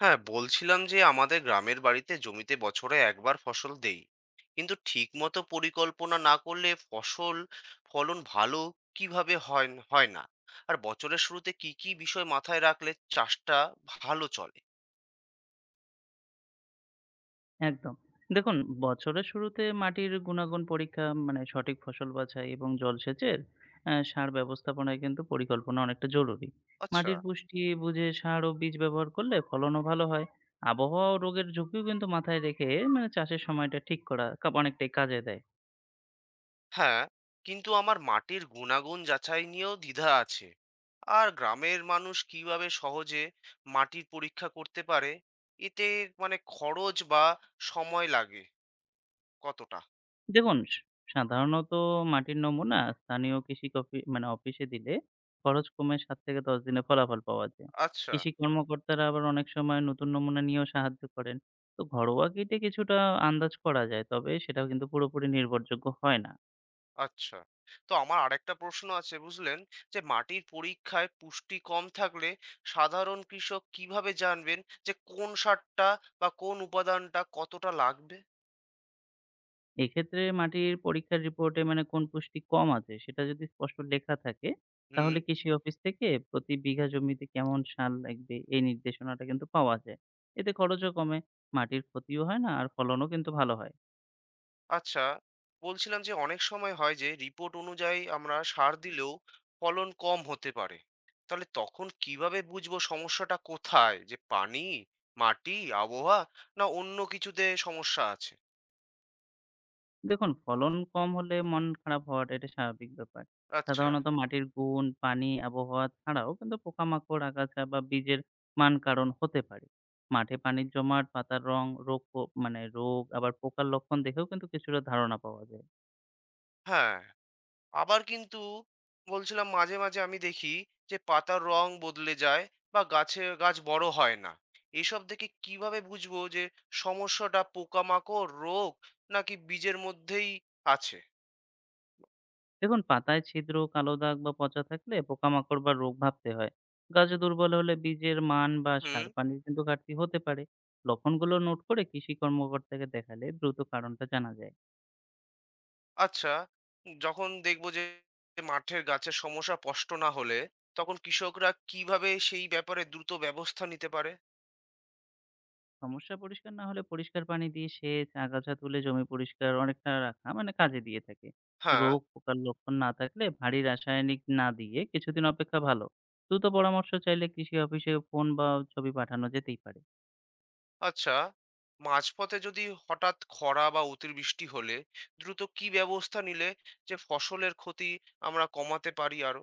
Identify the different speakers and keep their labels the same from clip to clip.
Speaker 1: হ্যাঁ, বলছিলাম যে আমাদের গ্রামের বাড়িতে জমিতে বছরে একবার ফসল দেই, কিন্তু ঠিক মতো পরিকল্পনা না করলে ফসল ফলন ভালো কিভাবে হয়। হয় না। আর বছরের শুরুতে কি কি বিষয় মাথায় রাখলে চাষটা ভালো চলে?
Speaker 2: একদম। দেখুন, বছরের শুরুতে মাটির গুণাগুণ পরীক্ষা মানে সঠিক ফসল বাছাই এবং জলসেচের সার ব্যবস্থাপনায় কিন্তু পরিকল্পনা অনেকটা জরুরি।
Speaker 1: আচ্ছা।
Speaker 2: মাটির পুষ্টি বুঝে সার ও বীজ ব্যবহার করলে ফলনও ভালো হয়। আবহাওয়া ও রোগের ঝুঁকিও কিন্তু মাথায় রেখে মানে চাষের সময়টা ঠিক করা অনেকটাই কাজে দেয়।
Speaker 1: হ্যাঁ, কিন্তু আমার মাটির গুণাগুণ যাচাই নিয়েও দ্বিধা আছে। আর গ্রামের মানুষ কিভাবে সহজে মাটির পরীক্ষা করতে পারে? এতে খরচ বা সময় লাগে কতটা?
Speaker 2: দেখুন, সাধারণত মাটির নমুনা স্থানীয় কৃষি কফি মানে অফিসে দিলে খরচ কমে ৭ থেকে ১০ দিনে ফলাফল পাওয়া যায়।
Speaker 1: আচ্ছা।
Speaker 2: কৃষি কর্মকর্তারা আবার অনেক সময় নতুন নমুনা নিয়েও সাহায্য করেন। তো ঘরোয়া কিটে কিছুটা আন্দাজ করা যায়, তবে সেটাও কিন্তু পুরোপুরি নির্ভরযোগ্য হয় না।
Speaker 1: আচ্ছা, তো আমার আরেকটা প্রশ্ন আছে, বুঝলেন? যে মাটির পরীক্ষায় পুষ্টি কম থাকলে সাধারণ কৃষক কিভাবে জানবেন যে কোন সারটা বা কোন উপাদানটা কতটা লাগবে?
Speaker 2: এক্ষেত্রে মাটির পরীক্ষার রিপোর্টে মানে কোন পুষ্টি কম আছে সেটা যদি স্পষ্ট লেখা থাকে,
Speaker 1: হুম।
Speaker 2: তাহলে কৃষি অফিস থেকে প্রতি বিঘা জমিতে কেমন সার লাগবে এই নির্দেশনাটা কিন্তু পাওয়া যায়। এতে খরচও কমে, মাটির ক্ষতিও হয় না আর ফলনও কিন্তু ভালো হয়।
Speaker 1: আচ্ছা, বলছিলাম যে অনেক সময় হয় যে রিপোর্ট অনুযায়ী আমরা সার দিলেও ফলন কম হতে পারে। তাহলে তখন কিভাবে বুঝবো সমস্যাটা কোথায়? যে পানি, মাটি, আবহাওয়া না অন্য কিছুতে সমস্যা আছে?
Speaker 2: দেখুন, ফলন কম হলে মন খারাপ হওয়াটা এটা স্বাভাবিক ব্যাপার।
Speaker 1: আচ্ছা,
Speaker 2: সাধারণত মাটির গুণ, পানি, আবহাওয়া ছাড়াও কিন্তু পোকামাকড়, আগাছা বা বীজের মান কারণ হতে পারে। মাঠে পানির জমাট, পাতার রং, রোগ পো মানে রোগ আবার পোকার লক্ষণ দেখেও কিন্তু কিছুটা ধারণা পাওয়া যায়।
Speaker 1: হ্যাঁ। আবার কিন্তু বলছিলাম, মাঝে মাঝে আমি দেখি যে পাতার রং বদলে যায় বা গাছে গাছ বড় হয় না। এসব দেখে কিভাবে বুঝবো যে সমস্যাটা পোকামাকড়, রোগ নাকি বীজের মধ্যেই আছে?
Speaker 2: দেখুন, পাতায় ছিদ্র, কালো দাগ বা পচা থাকলে পোকামাকড় বা রোগ ভাবতে হয়। গাছ দুর্বল হলে বীজের মান বা
Speaker 1: হুম।
Speaker 2: সার পানির কিন্তু ঘাটতি হতে পারে। লক্ষণগুলো নোট করে কৃষি কর্মকর্তাকে দেখালে দ্রুত কারণটা জানা যায়।
Speaker 1: আচ্ছা, যখন দেখবো যে মাঠের গাছের সমস্যা স্পষ্ট না হলে, তখন কৃষকরা কিভাবে সেই ব্যাপারে দ্রুত ব্যবস্থা নিতে পারে?
Speaker 2: সমস্যা পরিষ্কার না হলে পরিষ্কার পানি দিয়ে সেচ, আগাছা তুলে জমি পরিষ্কার অনেকটা রাখা মানে কাজে দিয়ে থাকে।
Speaker 1: হ্যাঁ।
Speaker 2: রোগ পোকার লক্ষণ না থাকলে ভারী রাসায়নিক না দিয়ে কিছুদিন অপেক্ষা ভালো। দ্রুত পরামর্শ চাইলে কৃষি অফিসে ফোন বা ছবি পাঠানো যেতেই পারে।
Speaker 1: আচ্ছা, মাঝপথে যদি হঠাৎ খরা বা অতিবৃষ্টি হলে দ্রুত কি ব্যবস্থা নিলে যে ফসলের ক্ষতি আমরা কমাতে পারি আরো?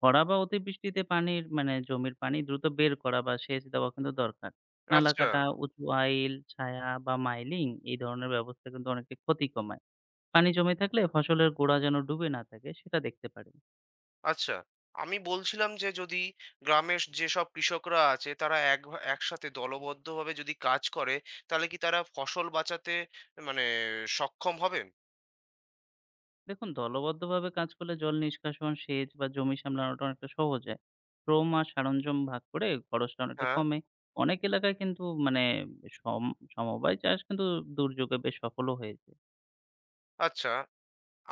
Speaker 2: খরা বা অতিবৃষ্টিতে পানির মানে জমির পানি দ্রুত বের করা বা সেচ দেওয়া কিন্তু দরকার। নালা
Speaker 1: আচ্ছা।
Speaker 2: কাটা, উঁচু আইল, ছায়া বা মাইলিং এই ধরনের ব্যবস্থা কিন্তু অনেকটা ক্ষতি কমায়। পানি জমে থাকলে ফসলের গোড়া যেন ডুবে না থাকে সেটা দেখতে পারেন।
Speaker 1: আচ্ছা, আমি বলছিলাম যে যদি গ্রামের যেসব কৃষকরা আছে তারা একসাথে দলবদ্ধভাবে যদি কাজ করে, তাহলে কি তারা ফসল বাঁচাতে মানে সক্ষম হবে?
Speaker 2: দেখুন, দলবদ্ধভাবে কাজ করলে জল নিষ্কাশন, সেচ বা জমি সামলানোটা অনেকটা সহজ হয়। শ্রম আর সরঞ্জাম ভাগ করে খরচটা অনেকটা
Speaker 1: হ্যাঁ।
Speaker 2: কমে। অনেক এলাকায় কিন্তু মানে সম সমবায় চাষ কিন্তু দুর্যোগে বেশ সফলও হয়েছে।
Speaker 1: আচ্ছা,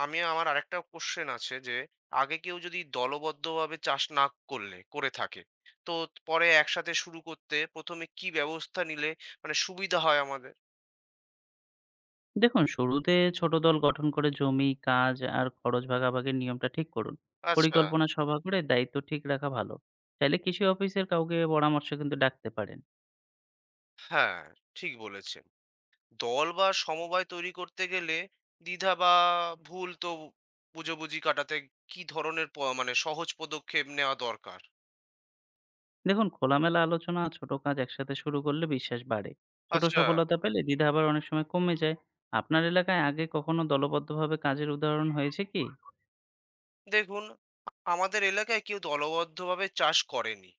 Speaker 1: আমার আরেকটা কোশ্চেন আছে যে আগে কেউ যদি দলবদ্ধভাবে চাষ না করলে করে থাকে, তো পরে একসাথে শুরু করতে প্রথমে কি ব্যবস্থা নিলে সুবিধা হয় আমাদের?
Speaker 2: দেখুন, শুরুতে ছোট দল গঠন করে জমি, কাজ আর খরচ ভাগাভাগির নিয়মটা ঠিক করুন।
Speaker 1: আচ্ছা।
Speaker 2: পরিকল্পনা সভা করে দায়িত্ব ঠিক রাখা ভালো। চাইলে কৃষি অফিসের কাউকে পরামর্শ কিন্তু ডাকতে পারেন।
Speaker 1: হ্যাঁ, ঠিক বলেছেন। দল বা সমবায় তৈরি করতে গেলে দ্বিধা বা ভুল তো বুঝাবুঝি কাটাতে কি ধরনের প- মানে সহজ পদক্ষেপ নেওয়া দরকার?
Speaker 2: দেখুন, খোলামেলা আলোচনা আর ছোট কাজ একসাথে শুরু করলে বিশ্বাস বাড়ে। ছোট
Speaker 1: আচ্ছা।
Speaker 2: সফলতা পেলে দ্বিধা আবার অনেক সময় কমে যায়। আপনার এলাকায় আগে কখনো দলবদ্ধভাবে কাজের উদাহরণ হয়েছে কি?
Speaker 1: দেখুন, আমাদের এলাকায় কেউ দলবদ্ধভাবে চাষ করেনি।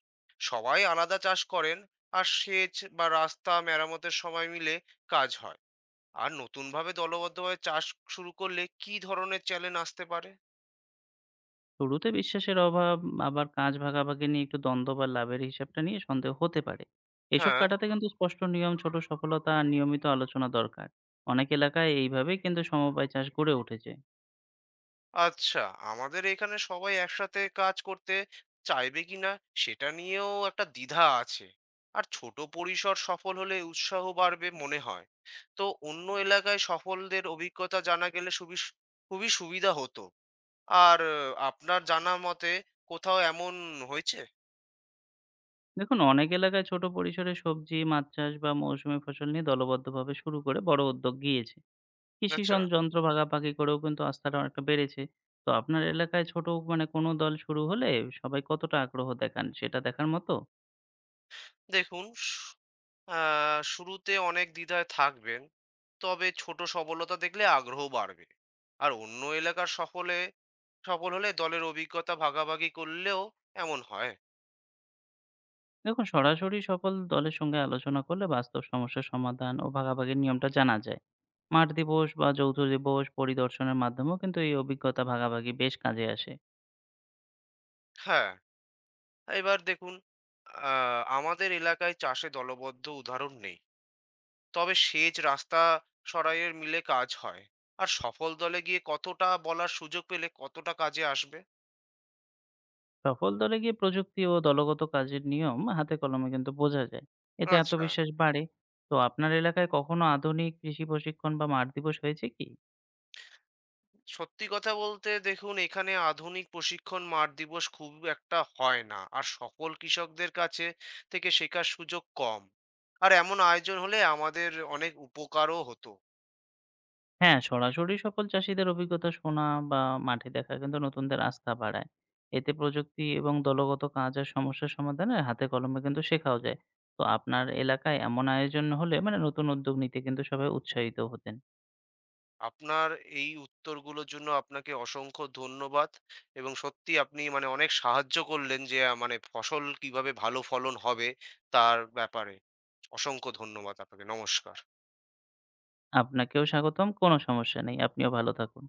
Speaker 1: সবাই আলাদা চাষ করেন, আর সেচ বা রাস্তা মেরামতের সময় মিলে কাজ হয়। আর নতুনভাবে দলবদ্ধভাবে চাষ শুরু করলে কি ধরনের চ্যালেঞ্জ আসতে পারে?
Speaker 2: শুরুতে বিশ্বাসের অভাব, আবার কাজ ভাগাভাগি নিয়ে একটু দ্বন্দ্ব বা লাভের হিসাবটা নিয়ে সন্দেহ হতে পারে। এসব
Speaker 1: হ্যাঁ।
Speaker 2: কাটাতে কিন্তু স্পষ্ট নিয়ম, ছোট সফলতা আর নিয়মিত আলোচনা দরকার। অনেক এলাকায় এইভাবেই কিন্তু সমবায় চাষ গড়ে উঠেছে।
Speaker 1: আচ্ছা, আমাদের এখানে সবাই একসাথে কাজ করতে চাইবে কিনা সেটা নিয়েও একটা দ্বিধা আছে। আর ছোট পরিসর সফল হলে উৎসাহ বাড়বে মনে হয়। তো অন্য এলাকায় সফলদের অভিজ্ঞতা জানা গেলে খুবই সুবিধা হতো। আর আপনার জানা মতে কোথাও এমন হয়েছে?
Speaker 2: দেখুন, অনেক এলাকায় ছোট পরিসরে সবজি, মাছ চাষ বা মৌসুমী ফসল নিয়ে দলবদ্ধভাবে শুরু করে বড় উদ্যোগ গিয়েছে। কৃষি
Speaker 1: আচ্ছা।
Speaker 2: সন যন্ত্র ভাগাভাগি করেও কিন্তু আস্থাটা অনেকটা বেড়েছে। তো আপনার এলাকায় ছোট মানে কোনো দল শুরু হলে সবাই কতটা আগ্রহ দেখান সেটা দেখার মতো?
Speaker 1: দেখুন, স আ শুরুতে অনেক দ্বিধায় থাকবেন। তবে ছোট সফলতা দেখলে আগ্রহ বাড়বে। আর অন্য এলাকার সফল হলে দলের অভিজ্ঞতা ভাগাভাগি করলেও এমন হয়।
Speaker 2: দেখুন, সরাসরি সকল দলের সঙ্গে আলোচনা করলে বাস্তব সমস্যার সমাধান ও ভাগাভাগির নিয়মটা জানা যায়। মাঠ দিবস বা যৌথ দিবস পরিদর্শনের মাধ্যমেও কিন্তু এই অভিজ্ঞতা ভাগাভাগি বেশ কাজে আসে।
Speaker 1: হ্যাঁ, এবার দেখুন, আ আমাদের এলাকায় চাষে দলবদ্ধ উদাহরণ নেই। তবে সেচ, রাস্তা সরাইয়ের মিলে কাজ হয়। আর সফল দলে গিয়ে কতটা বলার সুযোগ পেলে কতটা কাজে আসবে?
Speaker 2: সফল দলে গিয়ে প্রযুক্তি ও দলগত কাজের নিয়ম হাতে কলমে কিন্তু বোঝা যায়। এতে
Speaker 1: আচ্ছা।
Speaker 2: আত্মবিশ্বাস বাড়ে। তো আপনার এলাকায় কখনো আধুনিক কৃষি প্রশিক্ষণ বা মাঠ দিবস হয়েছে কি?
Speaker 1: সত্যি কথা বলতে, দেখুন, এখানে আধুনিক প্রশিক্ষণ মাঠ দিবস খুব একটা হয় না। আর সকল কৃষকদের কাছে থেকে শেখার সুযোগ কম। আর এমন আয়োজন হলে আমাদের অনেক উপকারও হতো।
Speaker 2: হ্যাঁ, সরাসরি সকল চাষীদের অভিজ্ঞতা শোনা বা মাঠে দেখা কিন্তু নতুনদের আস্থা বাড়ায়। এতে প্রযুক্তি এবং দলগত কাজ আর সমস্যা সমাধানে হাতে কলমে কিন্তু শেখাও যায়। তো আপনার এলাকায় এমন আয়োজন হলে মানে নতুন উদ্যোগ নিতে কিন্তু সবাই উৎসাহিত হতেন।
Speaker 1: আপনার এই উত্তরগুলোর জন্য আপনাকে অসংখ্য ধন্যবাদ। এবং সত্যি আপনি অনেক সাহায্য করলেন যে আহ, মানে ফসল কিভাবে ভালো ফলন হবে তার ব্যাপারে। অসংখ্য ধন্যবাদ আপনাকে। নমস্কার।
Speaker 2: আপনাকেও স্বাগতম, কোনো সমস্যা নেই। আপনিও ভালো থাকুন।